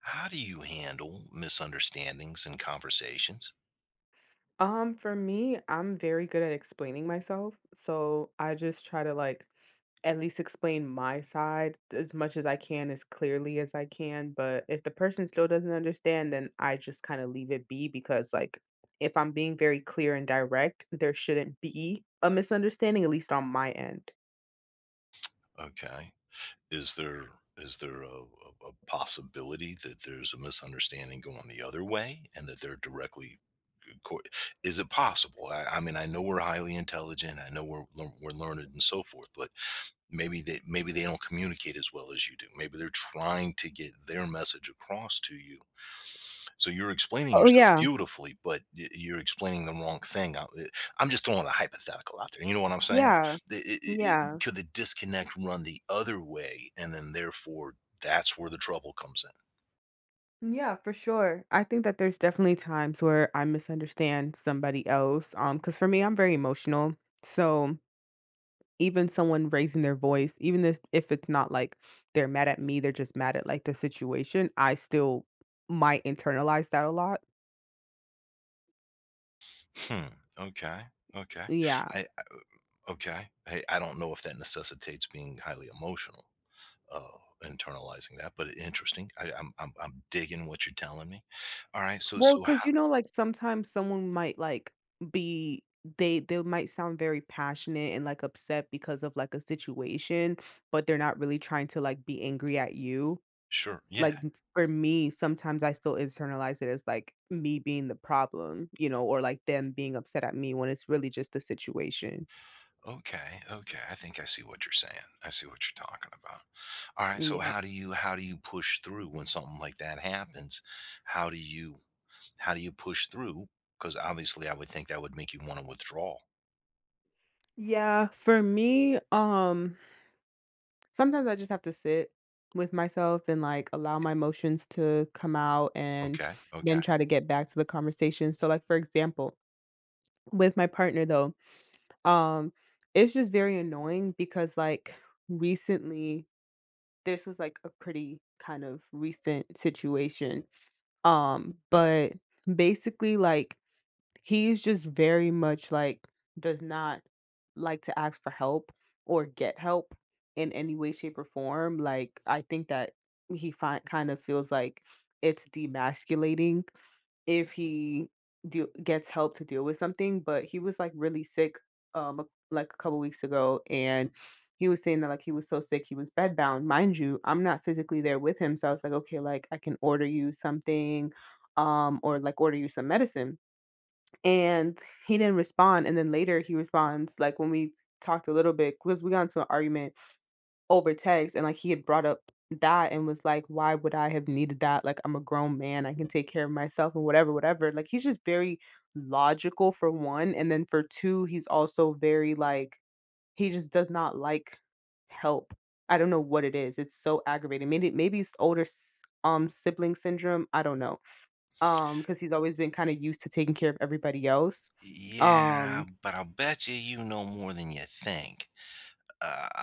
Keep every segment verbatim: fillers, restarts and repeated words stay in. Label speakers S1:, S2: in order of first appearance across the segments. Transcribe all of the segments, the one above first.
S1: How do you handle misunderstandings in conversations?
S2: Um, for me, I'm very good at explaining myself. So I just try to like at least explain my side as much as I can, as clearly as I can. But if the person still doesn't understand, then I just kind of leave it be because, like, if I'm being very clear and direct, there shouldn't be a misunderstanding, at least on my end.
S1: Okay. Is there is there a, a, a possibility that there's a misunderstanding going the other way and that they're directly uh, co- is it possible? I, I mean I know we're highly intelligent. I know we're lear- we're learned and so forth, but maybe they maybe they don't communicate as well as you do. Maybe they're trying to get their message across to you. So you're explaining
S2: Oh
S1: yourself
S2: yeah.
S1: beautifully, but y you're explaining the wrong thing. I eh, I'm just throwing a hypothetical out there, you know what I'm saying?
S2: Yeah.
S1: The it it it
S2: Yeah.
S1: could the disconnect run the other way, and then therefore, that's where the trouble comes
S2: Yeah, for sure. I think that there's definitely times where I misunderstand somebody else. Um, because for me, I'm very emotional. So even someone raising their voice, even if if it's not like they're mad at me, they're just mad at, like, the situation, I still might internalize that a lot.
S1: in? Hmm, okay, okay.
S2: Yeah.
S1: I I Okay. Hey, I don't know if that necessitates being highly emotional, uh, internalizing that, but interesting. I I'm I'm I'm digging what you're telling me. Alright, so
S2: Well,
S1: so
S2: because
S1: how.
S2: you know, like, sometimes someone might, like, be they they might sound very passionate and, like, upset because of, like, a situation, but they're not really trying to, like, be angry at you.
S1: Sure, yeah.
S2: Like, m for me, sometimes I still internalize it as, like, me being the problem, you know, or, like, them being upset at me when it's really just the situation.
S1: Okay, okay. I think I see what you're saying. I see what you're talking about. All right, so
S2: Yeah.
S1: how do you how do you push through when something like that happens? How do you how do you push through? Cuz obviously I would think that would make you want to withdraw.
S2: Yeah, for me, um, sometimes I just have to sit with myself and like allow my emotions to come out and
S1: Okay, okay.
S2: then try to get back to the conversation. So like for example, with my partner though, um, it's just very annoying because like recently this was like a pretty kind of recent situation. Um, but basically like he's just very much like does not like to ask for help or get help in any way, shape, or form. Like I think that he fi- kind of feels like it's demasculating if he do- gets help to deal with something. But he was like really sick, um, a- like a couple weeks ago, and he was saying that like he was so sick he was bedbound. Mind you, I'm not physically there with him, so I was like, okay, like I can order you something, um, or like order you some medicine, and he didn't respond, and then later he responds like when we talked a little bit because we got into an argument over text. And like he had brought up that and was like, why would I have needed that, like, I'm a grown man, I can take care of myself, and whatever whatever. Like he's just very logical for one, and then for two he's also very like he just does not like help. I don't know what it is, it's so aggravating. Maybe maybe it's older s- um sibling syndrome, I don't know. Um, because he's always been kinda used to taking care of everybody else.
S1: Yeah,
S2: Um
S1: but I'll bet you you know more than you think.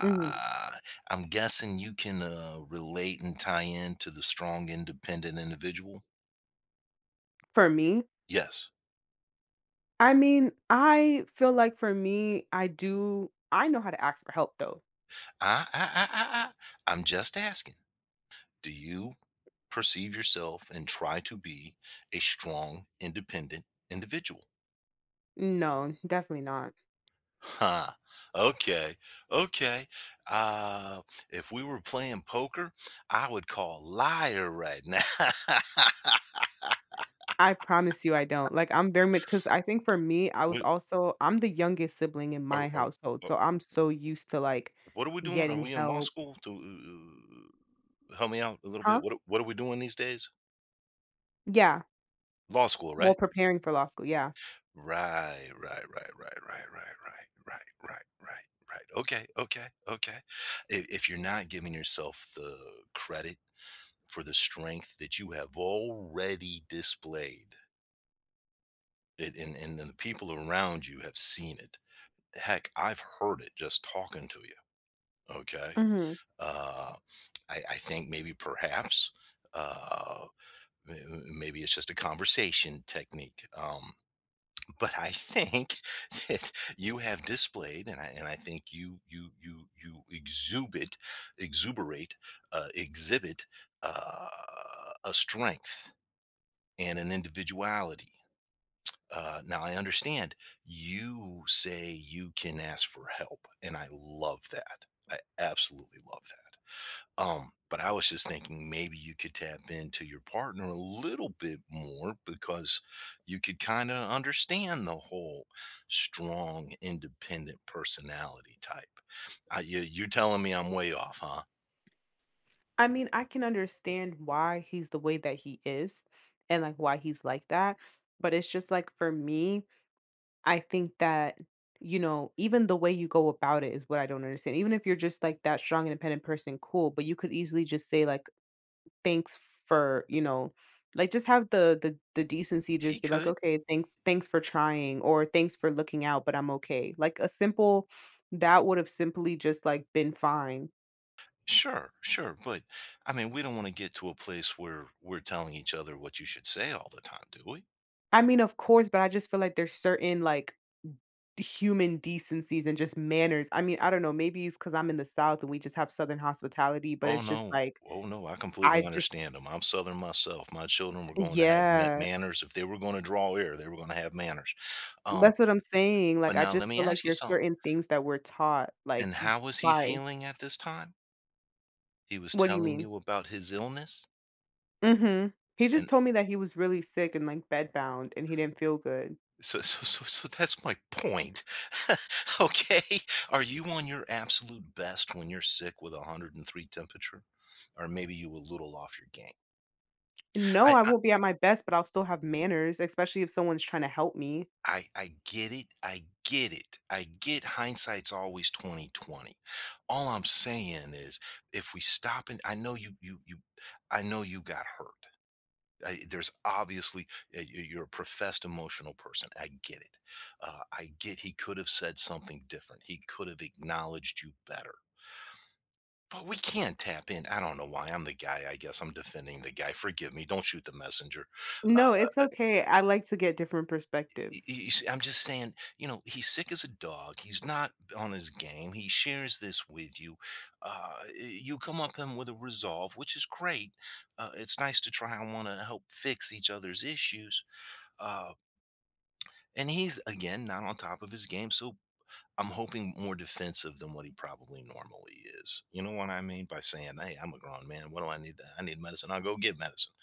S2: mhm.
S1: I'm guessing you can uh, relate and tie in to the strong, independent individual.
S2: For me,
S1: Yes.
S2: I mean, I feel like for me, I do I know how to ask for help though.
S1: I, I, I, I, I- I'm just asking. Do you perceive yourself and try to be a strong, independent individual?
S2: No, definitely not.
S1: Huh. Okay. Okay. Uh, if we were playing poker, I would call liar right now.
S2: I promise you I don't. Like, I'm very much because I think for me, I was
S1: we,
S2: also I'm the youngest sibling in
S1: are,
S2: my
S1: are,
S2: household, so
S1: are-
S2: I'm so used to, like,
S1: What are we doing? Are
S2: getting
S1: we in law
S2: help.
S1: school? To uh, help me out a little
S2: Huh?
S1: bit. What are- What are we doing these days?
S2: Yeah,
S1: Law school,
S2: well,
S1: right?
S2: preparing for law school, yeah.
S1: Right, right, right, right, right, right, right, right, right, right, right. Okay, okay, okay. If, if you're not giving yourself the credit for the strength that you have already displayed, it, and, and then the people around you have seen it. Heck, I've heard it just talking to you. Okay.
S2: Mhm.
S1: Uh, I, I think maybe perhaps uh, m- m- maybe it's just a conversation technique. Um, But I think that you have displayed, and I and I think you you you you exubit, exuberate, uh, exhibit uh, a strength and an individuality. Uh, now I understand you say you can ask for help, and I love that. I absolutely love that. Um, but I was just thinking maybe you could tap into your partner a little bit more because you could kind of understand the whole strong, independent personality type. I, you, you telling me I'm way off, huh?
S2: I mean, I can understand why he's the way that he is and like why he's like that. But it's just like for me, I think that, you know, even the way you go about it is what I don't understand. Even if you're just like that strong, independent person, cool, but you could easily just say like, thanks for, you know, like just have the the the decency to
S1: He
S2: just be like,
S1: could.
S2: okay, thanks, thanks for trying or thanks for looking out, but I'm okay. Like a simple that would have simply just like been fine.
S1: Sure, sure. But I mean, we don't want to get to a place where we're telling each other what you should say all the time, do we?
S2: I mean, of course, but I just feel like there's certain like human decencies and just manners. I mean, I don't know, maybe it's because 'cause I'm in the South and we just have Southern hospitality, but
S1: Oh,
S2: it's just
S1: no.
S2: like,
S1: Oh, no, I
S2: I
S1: completely
S2: just
S1: understand them. 'Em. I'm Southern myself. My children were going to have ma
S2: yeah,
S1: manners. If they were gonna draw air, they were gonna have manners. Um,
S2: that's what I'm saying,
S1: but
S2: like, I
S1: now let
S2: just
S1: me
S2: feel like
S1: ask you
S2: there's
S1: something,
S2: certain things that we're taught, like,
S1: and how was he
S2: by.
S1: feeling at this time? He was
S2: What do you
S1: telling
S2: mean?
S1: you about his illness?
S2: Mhm. He just
S1: And
S2: told me that he was really sick and, like, bedbound and he didn't feel good.
S1: so so so so that's my point. Okay? Are you on your absolute best when you're sick with one hundred three temperature? Or maybe you a little off your game?
S2: No,
S1: I
S2: I won't be at my best, but I'll still have manners, especially if someone's trying to help me.
S1: I I get it. I get it. I get hindsight's always twenty twenty. All I'm saying is if we stop and I know you you you I know you got hurt. I, there's obviously uh, you- you're a professed emotional person. I get it. Uh, I get he could have said something different. He could have acknowledged you better. But we can't tap in. I don't know why. I'm the guy. I guess I'm defending the guy. Forgive me. Don't shoot the messenger.
S2: No,
S1: uh,
S2: it's
S1: uh,
S2: okay. I like to get different
S1: y-
S2: perspectives.
S1: y- y- I'm just saying, you know, he's sick as a dog. He's not on his game. He shares this with you. Uh, you come up him with a resolve, which is great. Uh, it's nice to try and want to help fix each other's issues. Uh, and he's again not on top of his game, so I'm hoping more defensive than what he probably normally is. You know what I mean by saying, "Hey, I'm a grown man. What do I need? That I need medicine. I'll go get medicine."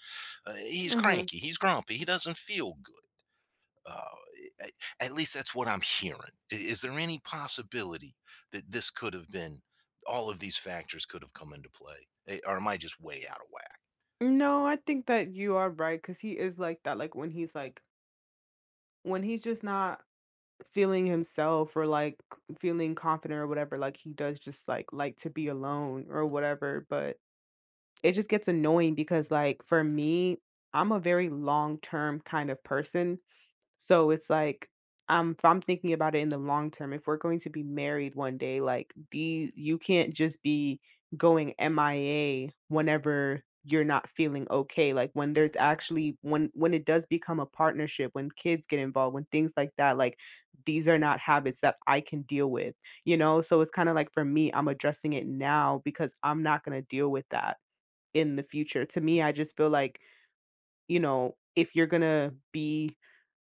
S1: Uh, he's
S2: Mhm.
S1: cranky. He's grumpy. He doesn't feel good. uh, a- at least that's what I'm hearing. I- Is there any possibility that this could have been all of these factors could have come into play, Eh, or am I just way out of whack?
S2: No, I think that you are right because he is like that. Like when he's like when he's just not feeling himself or like c- feeling confident or whatever, like he does just like like to be alone or whatever. But it just gets annoying because like for me, I'm a very long term kind of person. So it's like, um, if I'm thinking about it in the long term, if we're going to be married one day, like the you can't just be going M I A whenever you're not feeling okay. Like when there's actually when when it does become a partnership, when kids get involved, when things like that, like these are not habits that I can deal with, you know? So it's kind of like for me, I'm addressing it now because I'm not gonna deal with that in the future. To me, I just feel like, you know, if you're gonna be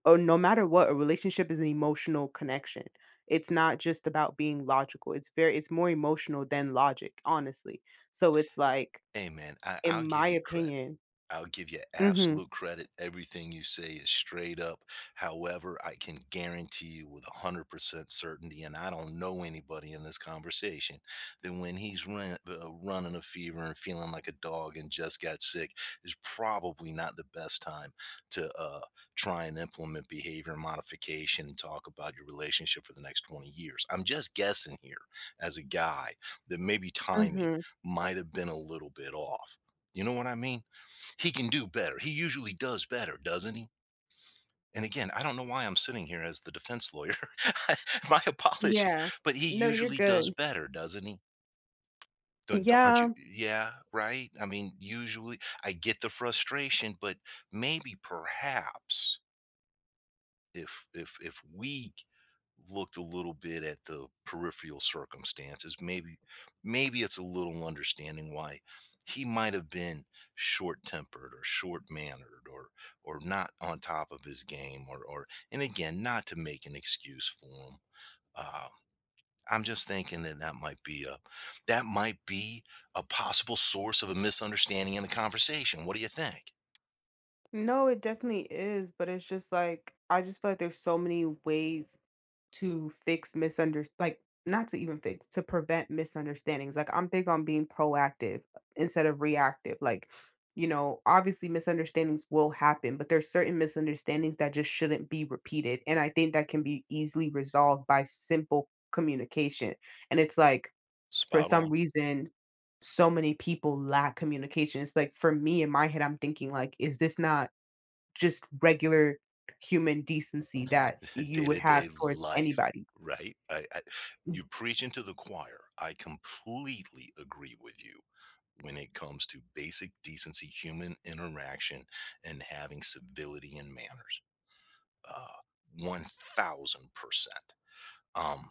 S2: or no matter what, a relationship is an emotional connection. It's not just about being logical. It's very it's more emotional than logic, honestly. So it's like,
S1: Hey, man, I,
S2: in
S1: I'll give
S2: my
S1: you credit.
S2: opinion.
S1: I'll give you
S2: Mhm.
S1: absolute credit. Everything you say is straight up. However, I can guarantee you with a hundred percent certainty, and I don't know anybody in this conversation, that when he's run, uh, running a fever and feeling like a dog and just got sick is probably not the best time to uh, try and implement behavior modification and talk about your relationship for the next twenty years. I'm just guessing here as a guy that maybe timing
S2: Mhm.
S1: might have been a little bit off. You know what I mean? He can do better. He usually does better, doesn't he? And again, I don't know why I'm sitting here as the defense lawyer. My apologies,
S2: Yeah.
S1: but he
S2: No, you're
S1: usually does
S2: good.
S1: better, doesn't he? Don't, don't Aren't you?
S2: Yeah.
S1: Yeah, right. I mean, usually I get the frustration, but maybe, perhaps, if if if we looked a little bit at the peripheral circumstances, maybe maybe it's a little understanding why he might have been short tempered or short mannered or or not on top of his game or or and again not to make an excuse for him. Uh, I'm just thinking that that might be a that might be a possible source of a misunderstanding in the conversation. What do you think?
S2: No, it definitely is, but it's just like I just feel like there's so many ways to fix misunder like not to even fix, to prevent misunderstandings. Like I'm big on being proactive instead of reactive. Like, you know, obviously misunderstandings will happen, but there's certain misunderstandings that just shouldn't be repeated. And I think that can be easily resolved by simple communication. And it's like for
S1: Spot
S2: some
S1: on.
S2: reason so many people lack communication. It's like for me in my head, I'm thinking like, is this not just regular human decency that you would have
S1: Day-to-day
S2: towards
S1: life,
S2: anybody?
S1: right? I, I
S2: М.
S1: You preach into the choir. I completely agree with you when it comes to basic decency, human interaction, and having civility and manners. Uh, one thousand percent. Um,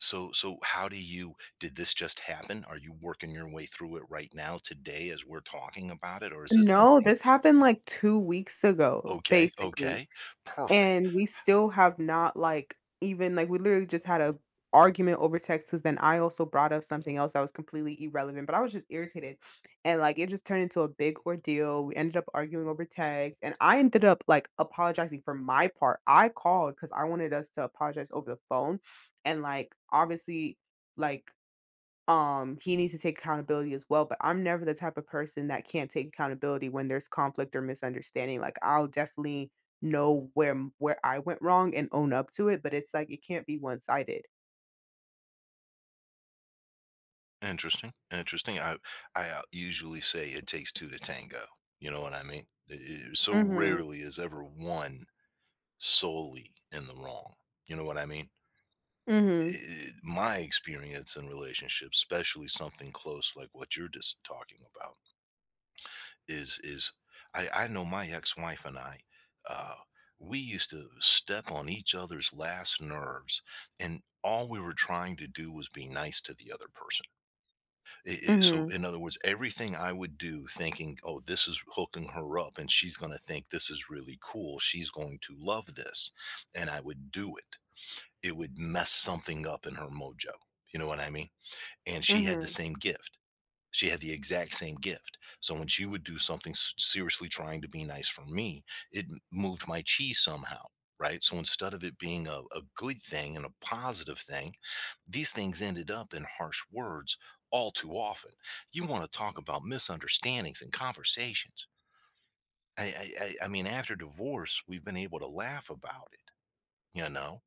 S1: so, so how do you, did this just happen? Are you working your way through it right now today as we're talking about it? Or is this
S2: No,
S1: something?
S2: this happened like two weeks ago,
S1: Okay,
S2: basically.
S1: okay, perfect.
S2: And we still have not like even like we literally just had a argument over text because then I also brought up something else that was completely irrelevant, but I was just irritated. And like it just turned into a big ordeal. We ended up arguing over text and I ended up like apologizing for my part. I called because I wanted us to apologize over the phone. And like obviously like um he needs to take accountability as well, but I'm never the type of person that can't take accountability when there's conflict or misunderstanding. Like I'll definitely know where m- where I went wrong and own up to it, but it's like it can't be one-sided.
S1: Interesting, interesting. I I uh, usually say it takes two to tango. You know what I mean? It- it- so
S2: Mhm.
S1: rarely is ever one solely in the wrong. You know what I mean? I-
S2: Mhm.
S1: I- my experience in relationships, especially something close like what you're just talking about, is is I, I know my ex-wife and I, uh, we used to step on each other's last nerves, and all we were trying to do was be nice to the other person. It, it, so,
S2: Mhm.
S1: in other words, everything I would do thinking, oh, this is hooking her up and she's going to think this is really cool. She's going to love this. And I would do it. It would mess something up in her mojo. You know what I mean? And she had the
S2: Mhm.
S1: same gift. She had the exact same gift. So when she would do something s- seriously trying to be nice for me, it m- moved my chi somehow. Right. So instead of it being a, a good thing and a positive thing, these things ended up in harsh words all too often. You want to talk about misunderstandings and conversations. I, I, I I mean, after divorce, we've been able to laugh about it, you know?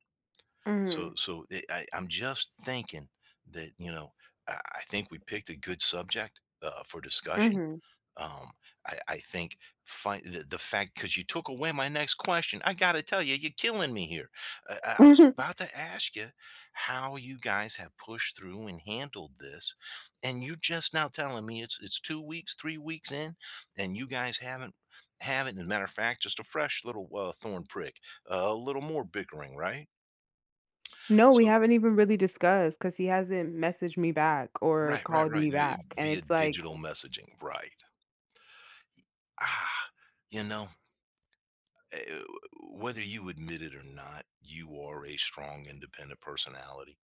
S2: Mhm.
S1: So, so it, I, I'm just thinking that, you know, I, I think we picked a good subject uh, for discussion.
S2: Mhm.
S1: um, I, I think fi- the, the fact because you took away my next question, I got to tell you, you're killing me here. Uh, I, I was about to ask you how you guys have pushed through and handled this, and you just now telling me it's it's two weeks, three weeks in, and you guys haven't haven't. As a matter of fact, just a fresh little uh, thorn prick, uh, a little more bickering, right?
S2: No, we
S1: So,
S2: haven't even really discussed cuz he hasn't messaged me back or
S1: right, right,
S2: called
S1: right,
S2: me back,
S1: v-
S2: and
S1: via
S2: it's like
S1: digital messaging, right? Ah, you know. eh, Whether you admit it or not, you are a strong, independent personality.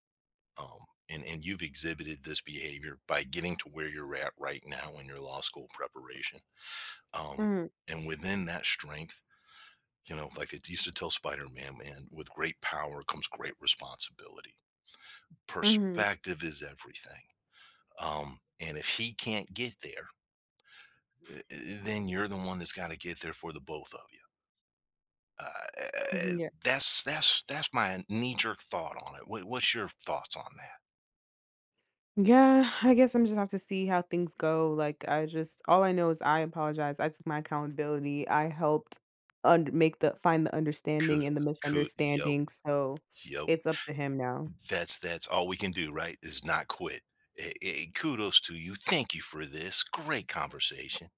S1: Um, and, and you've exhibited this behavior by getting to where you're at right now in your law school preparation. Um,
S2: mm,
S1: and within that strength, you know, like it used to tell Spider Man, man, with great power comes great responsibility.
S2: mhm.
S1: Perspective is everything. Um, and if he can't get there, eh, eh, then you're the one that's got to get there for the both of you. Uh,
S2: Mhm, yeah.
S1: that's that's that's my knee jerk thought on it. What, what's your thoughts on that?
S2: Yeah, I guess I'm just have to see how things go. Like I just all I know is I apologize. I took my accountability. I helped und make the find the understanding and the
S1: Kudos, kudos, yep,
S2: misunderstanding. So
S1: yep.
S2: it's up to him now.
S1: That's that's all we can do, right? Is not quit. Eh, eh, kudos to you. Thank you for this great conversation.